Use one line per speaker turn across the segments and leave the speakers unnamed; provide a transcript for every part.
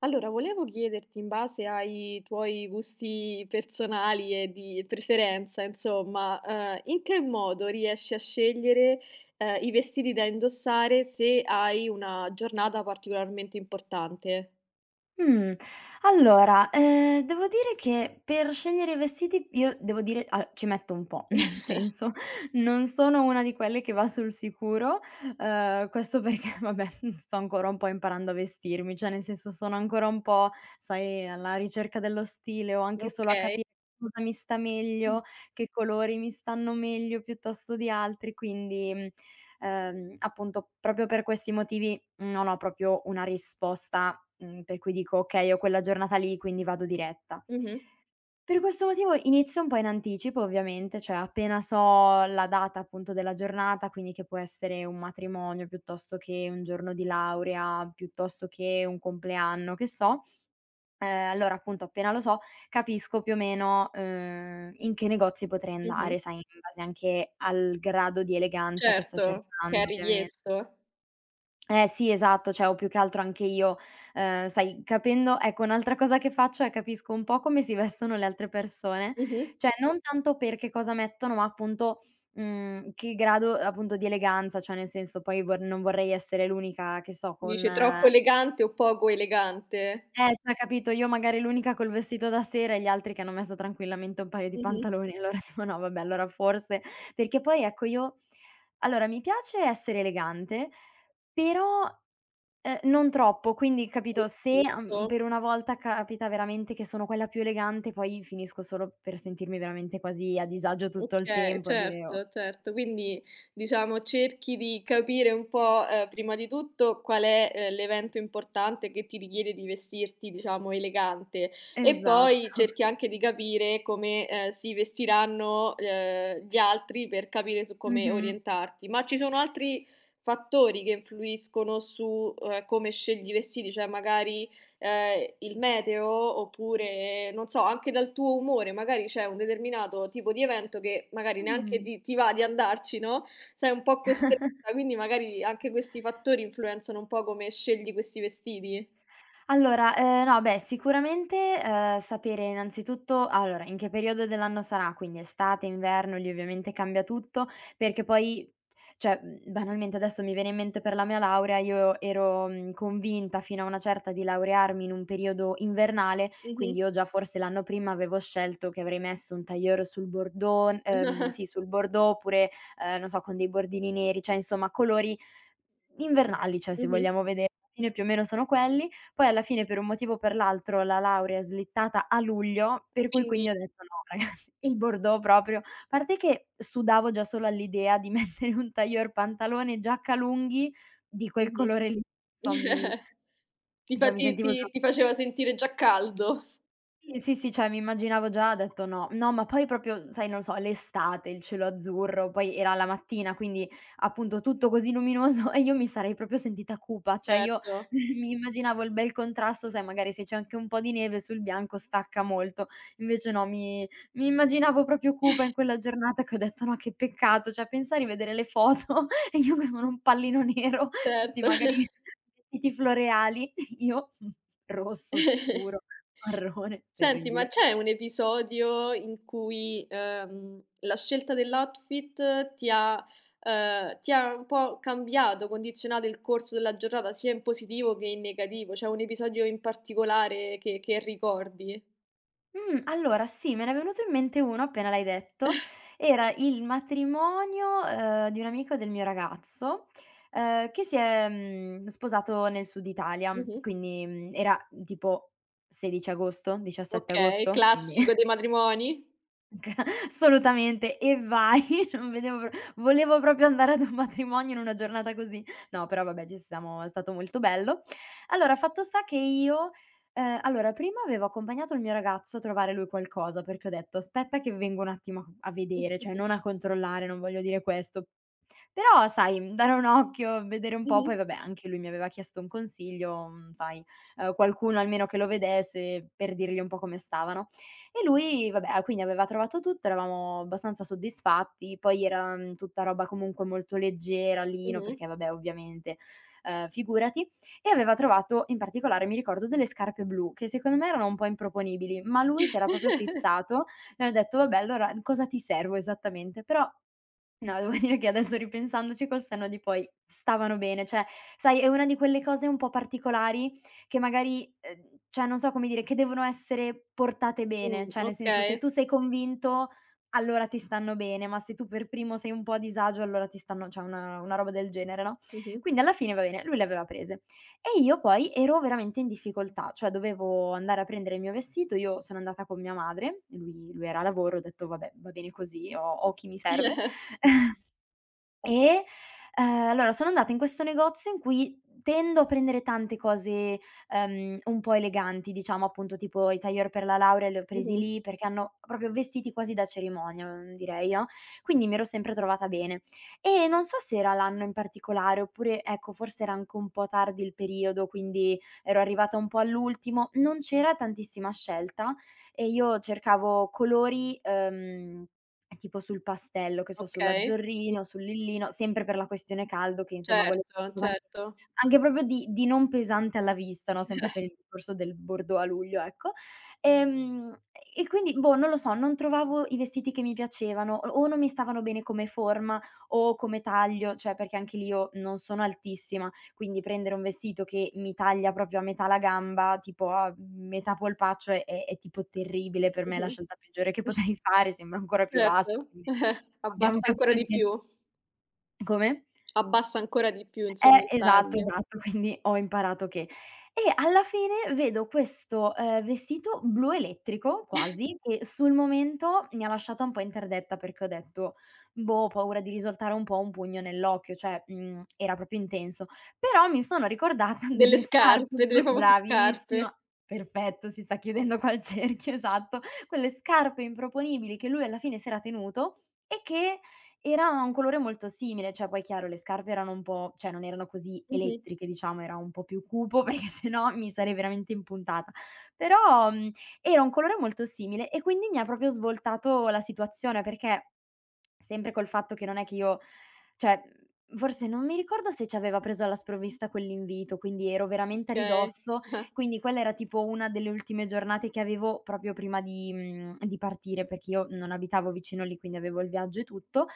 Allora, volevo chiederti in base ai tuoi gusti personali e di preferenza, insomma, in che modo riesci a scegliere, i vestiti da indossare se hai una giornata particolarmente importante?
Mh, devo dire che per scegliere i vestiti io devo dire al ci metto un po', nel senso, non sono una di quelle che va sul sicuro, questo perché vabbè, sto ancora un po' imparando a vestirmi, cioè nel senso sono ancora un po', sai, alla ricerca dello stile o anche solo a
Okay.
capire cosa mi sta
Mh.
meglio, che colori mi stanno meglio piuttosto di altri, Quindi, appunto proprio per questi motivi non ho proprio una risposta Mhmm, per cui dico: "Okay, ho quella giornata lì, quindi vado diretta."
Mh-mh.
Per questo motivo inizio un po' in anticipo ovviamente, cioè appena so la data appunto della giornata, quindi che può essere un matrimonio, piuttosto che un giorno di laurea, piuttosto che un compleanno, che so, allora appunto appena lo so capisco più o meno, in che negozi potrei
Mh-mh.
andare, sai, in base anche al grado di eleganza che sto
Certo, che è
cercando ovviamen
richiesto.
eh sì, esatto, cioè o più che altro anche io, sai, capendo ecco un'altra cosa che faccio è capisco un po' come si vestono le altre persone,
Mh-mh.
cioè non tanto per che cosa mettono, ma appunto, che grado appunto di eleganza, cioè nel senso poi vor non vorrei essere l'unica che so con
Dice troppo elegante o poco elegante.
cioè capito, io magari l'unica col vestito da sera e gli altri che hanno messo tranquillamente un paio di
Mh-mh.
pantaloni, allora dico: "No vabbè, allora forse" perché poi ecco io allora mi piace essere elegante, però non troppo, quindi capito, se,
Giusto.
per una volta capita veramente che sono quella più elegante, poi finisco solo per sentirmi veramente quasi a disagio tutto il
Okay,
tempo, a dire: "Oh"
certo, certo. Quindi, diciamo, cerchi di capire un po', prima di tutto qual è, l'evento importante che ti richiede di vestirti, diciamo, elegante e poi
esatto.
cerchi anche di capire come, si vestiranno, gli altri per capire su come
Mh-mh.
orientarti. Ma ci sono altri fattori che influiscono su, come scegli i vestiti? Cioè magari, il meteo oppure, non so, anche dal tuo umore, magari c'è un determinato tipo di evento che magari neanche
Mh.
ti va di andarci, no, sei un po' costretta, quindi magari anche questi fattori influenzano un po' come scegli questi vestiti.
Allora, no beh, sicuramente, sapere innanzitutto allora, in che periodo dell'anno sarà, quindi estate, inverno, lì ovviamente cambia tutto, perché poi cioè, banalmente adesso mi viene in mente per la mia laurea, io ero, convinta fino a una certa di laurearmi in un periodo invernale, quindi
Mh-mh.
io già forse l'anno prima avevo scelto che avrei messo un tailleur sul bordon sì, sul bordeaux oppure, non so, con dei bordini neri, cioè insomma colori invernali, cioè se
Mh-mh.
vogliamo vedere alla fine più o meno sono quelli. Poi alla fine per un motivo o per l'altro la laurea è slittata a luglio, per cui
Quindi
quindi ho detto: "No ragazzi, il bordeaux proprio" a parte che sudavo già solo all'idea di mettere un tailleur, pantalone, giacca lunghi di quel
mh-mh.
colore lì, so mi
Ti fa
cioè mi
ti
sentivo
ti
già
ti faceva sentire già caldo.
sì, sì, sì, cioè mi immaginavo già, ho detto: "No". No, ma poi proprio, sai, non so, l'estate, il cielo azzurro, poi era la mattina, quindi appunto tutto così luminoso e io mi sarei proprio sentita cupa, cioè io
Certo,
mi immaginavo il bel contrasto, sai, magari se c'è anche un po' di neve sul bianco stacca molto, invece no, mi immaginavo proprio cupa in quella giornata che ho detto: "No, che peccato", cioè pensa a rivedere le foto e io che sono un pallino nero, tutti
certo.
magari vestiti floreali io rosso scuro, marrone,
Senti, ma
terribile.
c'è un episodio in cui, la scelta dell'outfit ti ha un po' cambiato, condizionato il corso della giornata, sia in positivo che in negativo? C'è un episodio in particolare che ricordi?
Allora sì, me ne è venuto in mente uno appena l'hai detto. Era il matrimonio, di un amico del mio ragazzo, che si è, sposato nel Sud Italia,
Mh-mh.
quindi, era tipo 16 agosto, 17
Okay,
agosto, quindi
classico dei matrimoni.
Gra assolutamente e vai, non vedevo pro volevo proprio andare ad un matrimonio in una giornata così. No, però vabbè ci siamo è stato molto bello. Allora, fatto sta che io, allora prima avevo accompagnato il mio ragazzo a trovare lui qualcosa, perché ho detto: "Aspetta che vengo un attimo a vedere, cioè non a controllare, non voglio dire questo". Però sai, dare un occhio, vedere un po', poi
Mh-mh.
vabbè anche lui mi aveva chiesto un consiglio, sai, qualcuno almeno che lo vedesse per dirgli un po' come stavano. E lui vabbè, quindi aveva trovato tutto, eravamo abbastanza soddisfatti, poi era, tutta roba comunque molto leggera, lino,
Mh-mh.
perché vabbè ovviamente, figurati, e aveva trovato in particolare mi ricordo delle scarpe blu, che secondo me erano un po' improponibili, ma lui
Mh,
si era proprio fissato e ho detto: "Vabbè allora cosa ti servo esattamente?" Però no, devo dire che adesso ripensandoci col senno di poi stavano bene, cioè sai è una di quelle cose un po' particolari che magari, cioè non so come dire, che devono essere portate bene, cioè nel senso se
okay.
tu sei convinto allora ti stanno bene, ma se tu per primo sei un po' a disagio allora ti stanno cioè una roba del genere, no,
Mh-mh.
quindi alla fine va bene, lui le aveva prese. E io poi ero veramente in difficoltà, cioè dovevo andare a prendere il mio vestito, io sono andata con mia madre, lui era a lavoro, ho detto: "Vabbè, va bene così, ho chi mi serve".
Mh-mh.
E, allora sono andata in questo negozio in cui tendo a prendere tante cose, un po' eleganti, diciamo, appunto tipo i tailleur per la laurea li ho presi lì, perché hanno proprio vestiti quasi da cerimonia, direi, no, quindi mi ero sempre trovata bene. E non so se era l'anno in particolare oppure, ecco, forse era anche un po' tardi il periodo, quindi ero arrivata un po' all'ultimo, non c'era tantissima scelta e io cercavo colori, tipo sul pastello, che so, sulla
Okay.
Zorrino, sul Lillino, sempre per la questione caldo che insomma volevo
Certo,
qualcosa anche
certo.
anche proprio di non pesante alla vista, no, sempre per il discorso del bordeaux a luglio, ecco. Ehm, e quindi, boh, non lo so, non trovavo i vestiti che mi piacevano o non mi stavano bene come forma o come taglio, cioè perché anche lì io non sono altissima. Quindi prendere un vestito che mi taglia proprio a metà la gamba, tipo a metà polpaccio è tipo terribile, per me è la
Mh-mh.
scelta peggiore che potrei fare, sembra ancora più basso,
Certo.
quindi non abbiamo
Abbassa ancora
capito
di
nie
più.
come?
Abbassa ancora di più insomma il
Esatto,
taglio.
esatto, quindi ho imparato che e alla fine vedo questo, vestito blu elettrico quasi, che sul momento mi ha lasciata un po' interdetta perché ho detto: "Boh, ho paura di risoltare un po' un pugno nell'occhio", cioè, era proprio intenso. Però mi sono ricordata
Delle
delle scarpe
scarpe, delle
blu
famose
bravissima,
scarpe.
perfetto, si sta chiudendo qua il cerchio, esatto. Quelle scarpe improponibili che lui alla fine s'era tenuto e che era un colore molto simile, cioè poi chiaro le scarpe erano un po' cioè non erano così
Mh-mh.
elettriche diciamo, era un po' più cupo perché se no mi sarei veramente impuntata. Però, era un colore molto simile e quindi mi ha proprio svoltato la situazione perché, sempre col fatto che non è che io cioè, forse non mi ricordo se ci aveva preso alla sprovvista quell'invito, quindi ero veramente a
Okay.
ridosso,
Ah-ah,
quindi quella era tipo una delle ultime giornate che avevo proprio prima di di partire, perché io non abitavo vicino lì, quindi avevo il viaggio e tutto.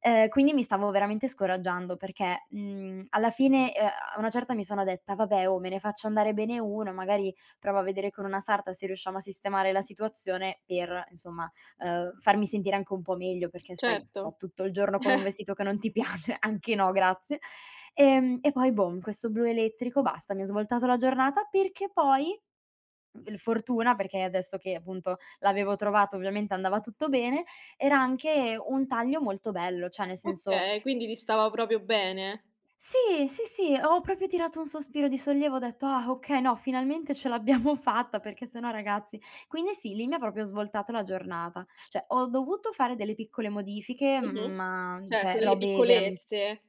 Quindi mi stavo veramente scoraggiando perché, alla fine, a una certa mi sono detta: "Vabbè, oh, me ne faccio andare bene uno, magari provo a vedere con una sarta se riusciamo a sistemare la situazione per, insomma, farmi sentire anche un po' meglio", perché sai, sto
certo.
tutto il giorno con un vestito che non ti piace, anche no grazie. E poi boh, questo blu elettrico, basta, mi ha svoltato la giornata perché poi l fortuna, perché adesso che appunto l'avevo trovato ovviamente andava tutto bene, era anche un taglio molto bello, cioè nel senso
Okay, quindi ti stava proprio bene.
sì, sì, sì, ho proprio tirato un sospiro di sollievo, ho detto: "Ah okay, no, finalmente ce l'abbiamo fatta, perché se no ragazzi" quindi sì, lì mi ha proprio svoltato la giornata. Cioè ho dovuto fare delle piccole modifiche,
Mh-mh.
ma
Certo,
cioè
delle
robe veramen
piccolezze.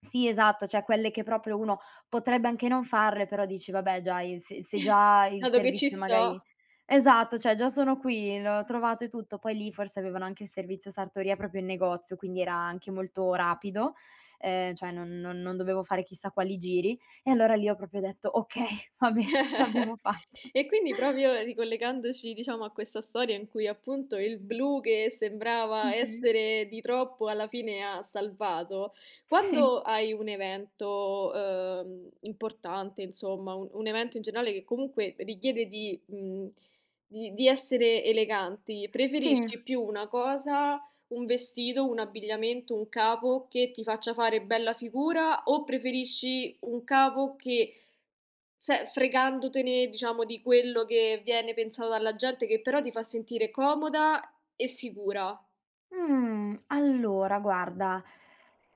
sì, esatto, cioè quelle che proprio uno potrebbe anche non farle, però dici: "Vabbè già il se se già il
Dato che ci
servizio magari"
sto.
esatto, cioè già sono qui, l'ho trovato e tutto. Poi lì forse avevano anche il servizio sartoria proprio in negozio, quindi era anche molto rapido, cioè non dovevo fare chissà quali giri. E allora lì ho proprio detto: "Okay, va beh, ce l'abbiamo fatta."
E quindi proprio ricollegandoci, diciamo, a questa storia in cui appunto il blu che sembrava
Mh-mh.
essere di troppo alla fine ha salvato,
Sì,
quando hai un evento, importante, insomma, un evento in generale che comunque richiede di mhmm, di essere eleganti,
sì.
preferisci più una cosa, un vestito, un abbigliamento, un capo che ti faccia fare bella figura o preferisci un capo che se fregandotene, diciamo, di quello che viene pensato dalla gente, che però ti fa sentire comoda e sicura.
Mhmm, allora guarda,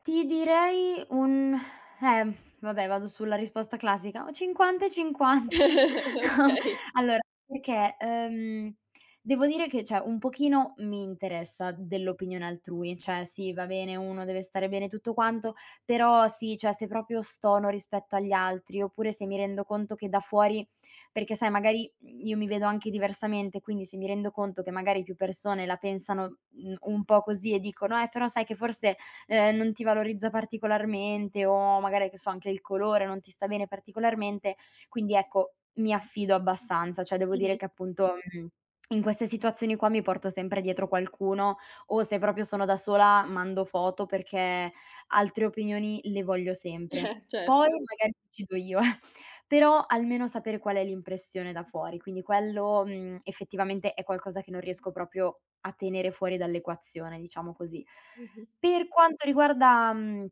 ti direi un vabbè vado sulla risposta classica, un 50 e 50. No,
Okay.
allora perché, devo dire che, cioè, un pochino mi interessa dell'opinione altrui. Cioè sì, va bene, uno deve stare bene e tutto quanto, però sì, cioè se proprio stono rispetto agli altri, oppure se mi rendo conto che da fuori, perché sai magari io mi vedo anche diversamente, quindi se mi rendo conto che magari più persone la pensano, un po' così e dicono: però sai che forse, non ti valorizza particolarmente", o magari che so anche il colore non ti sta bene particolarmente, quindi ecco, mi affido abbastanza. Cioè devo dire
Mh-mh.
che appunto, in queste situazioni qua mi porto sempre dietro qualcuno, o se proprio sono da sola mando foto, perché altre opinioni le voglio sempre. Poi
Certo.
magari decido io. Però almeno sapere qual è l'impressione da fuori, quindi quello effettivamente è qualcosa che non riesco proprio a tenere fuori dall'equazione, diciamo così.
Mh-mh.
Per quanto riguarda,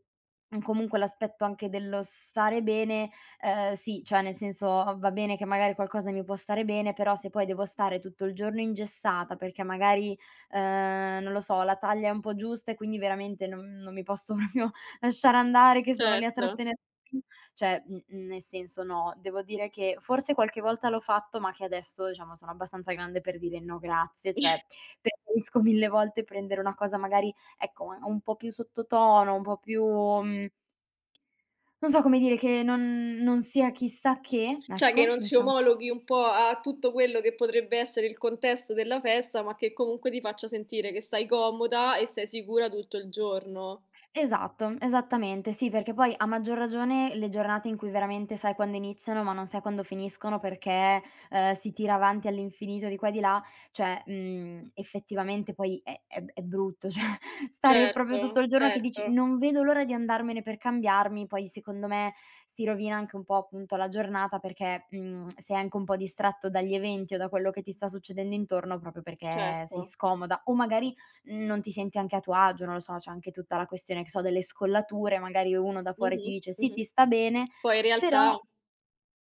comunque, l'aspetto anche dello stare bene, sì, cioè nel senso va bene che magari qualcosa mi può stare bene, però se poi devo stare tutto il giorno ingessata perché magari non lo so, la taglia è un po' giusta e quindi veramente non mi posso proprio lasciare andare, che sono lì a
Certo.
trattenere, cioè, nel senso no. Devo dire che forse qualche volta l'ho fatto, ma che adesso, diciamo, sono abbastanza grande per dire: "No grazie", cioè preferisco mille volte prendere una cosa magari, ecco, un po' più sottotono, un po' più, mhmm non so come dire, che non sia chissà che,
Cioè che
ecco,
non si
diciamo.
omologhi un po' a tutto quello che potrebbe essere il contesto della festa, ma che comunque ti faccia sentire che stai comoda e sei sicura tutto il giorno.
Esatto, esattamente. Sì, perché poi a maggior ragione le giornate in cui veramente sai quando iniziano, ma non sai quando finiscono, perché si tira avanti all'infinito di qua e di là, cioè, effettivamente poi è brutto, cioè stare proprio
Certo,
tutto il giorno che dici:
certo,
"Non vedo l'ora di andarmene per cambiarmi". Poi secondo me si rovina anche un po' appunto la giornata perché, sei anche un po' distratto dagli eventi o da quello che ti sta succedendo intorno, proprio perché sei
certo.
scomoda, o magari non ti senti anche a tuo agio, non lo so, c'è anche tutta la questione, che so, delle scollature. Magari uno da fuori ti
Mh-mh,
dice: "Sì,
mh-mh.
ti sta bene",
Poi in realtà
però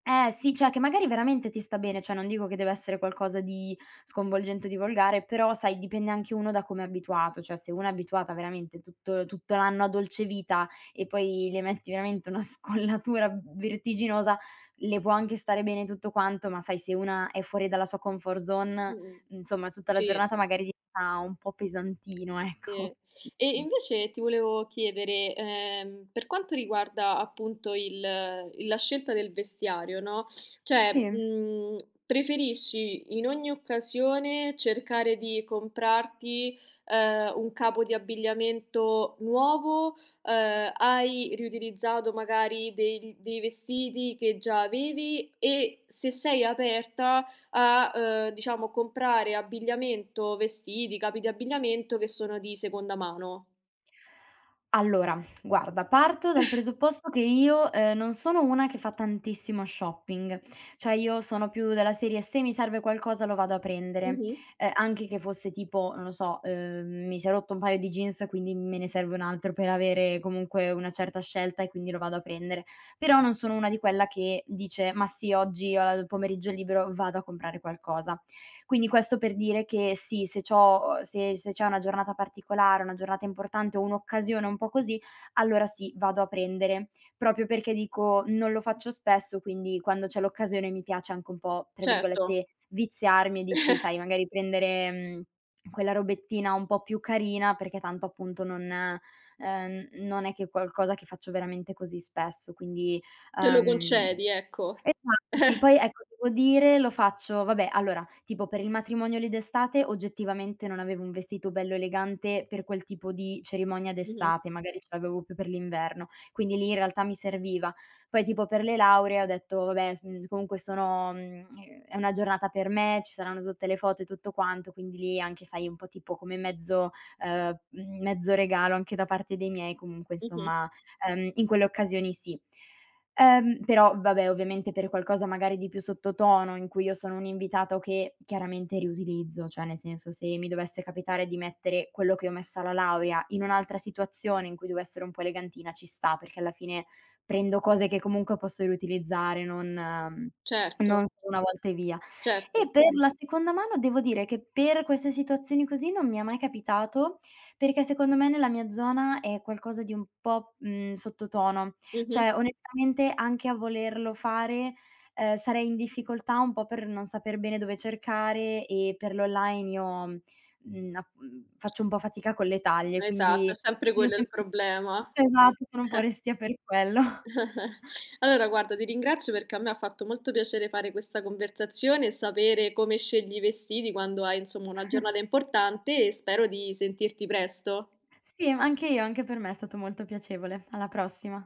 eh sì, cioè che magari veramente ti sta bene, cioè non dico che deve essere qualcosa di sconvolgente o di volgare, però sai, dipende anche uno da come è abituato. Cioè se uno è abituata veramente tutto l'anno a dolce vita e poi le metti veramente una scollatura vertiginosa, le può anche stare bene tutto quanto, ma sai, se una è fuori dalla sua comfort zone,
mh-mh,
insomma tutta la
sì.
giornata magari diventa un po' pesantino,
Sì.
ecco.
E invece ti volevo chiedere, per quanto riguarda appunto il la scelta del vestiario, no,
Sì.
cioè, mhmm, preferisci in ogni occasione cercare di comprarti, un capo di abbigliamento nuovo? Hai riutilizzato magari degl dei vestiti che già avevi? E se sei aperta a, diciamo comprare abbigliamento, vestiti, capi di abbigliamento che sono di seconda mano.
Allora, guarda, parto dal presupposto che io, non sono una che fa tantissimo shopping, cioè io sono più della serie: se mi serve qualcosa lo vado a prendere,
Mh-mh.
anche che fosse tipo, non lo so, mi si è rotto un paio di jeans, quindi me ne serve un altro per avere comunque una certa scelta e quindi lo vado a prendere. Però non sono una di quella che dice: "Ma sì, oggi ho la il pomeriggio libero, vado a comprare qualcosa." Quindi questo per dire che sì, se c'ho se c'è una giornata particolare, una giornata importante o un'occasione un po' così, allora sì, vado a prendere. Proprio perché dico: "Non lo faccio spesso", quindi quando c'è l'occasione mi piace anche un po', tra
Certo,
virgolette, "viziarmi", e dici, sai, magari prendere, quella robettina un po' più carina, perché tanto appunto non è che è qualcosa che faccio veramente così spesso. Quindi,
te lo
uhm
concedi, ecco.
esatto, sì. Poi ecco, devo dire lo faccio, vabbè, allora, tipo per il matrimonio lì d'estate oggettivamente non avevo un vestito bello elegante per quel tipo di cerimonia
Mh-mh,
d'estate, magari ce l'avevo più per l'inverno, quindi lì in realtà mi serviva. Poi tipo per le lauree ho detto: "Vabbè, comunque sono è una giornata per me, ci saranno tutte le foto e tutto quanto", quindi lì anche, sai, un po' tipo come mezzo mezzo regalo anche da parte dei miei, comunque
mh-mh.
insomma, in quelle occasioni sì. Però vabbè, ovviamente per qualcosa magari di più sottotono, in cui io sono un'invitata che chiaramente riutilizzo, cioè nel senso se mi dovesse capitare di mettere quello che ho messo alla laurea in un'altra situazione in cui devo essere un po' elegantina, ci sta, perché alla fine prendo cose che comunque posso riutilizzare,
Certo,
non solo una volta e via. E
certo.
per la seconda mano devo dire che per queste situazioni così non mi è mai capitato, perché secondo me nella mia zona è qualcosa di un po', sottotono.
Mh-mh.
Cioè, onestamente anche a volerlo fare, sarei in difficoltà un po' per non saper bene dove cercare, e per l'online io, faccio un po' fatica con le taglie,
Esatto, è
quindi
sempre
sono
quello il
sempre,
problema.
esatto, sono un po' restia per quello.
Allora guarda, ti ringrazio perché a me ha fatto molto piacere fare questa conversazione e sapere come scegli i vestiti quando hai, insomma, una giornata importante e spero di sentirti presto.
Sì, anche io, anche per me è stato molto piacevole. Alla prossima.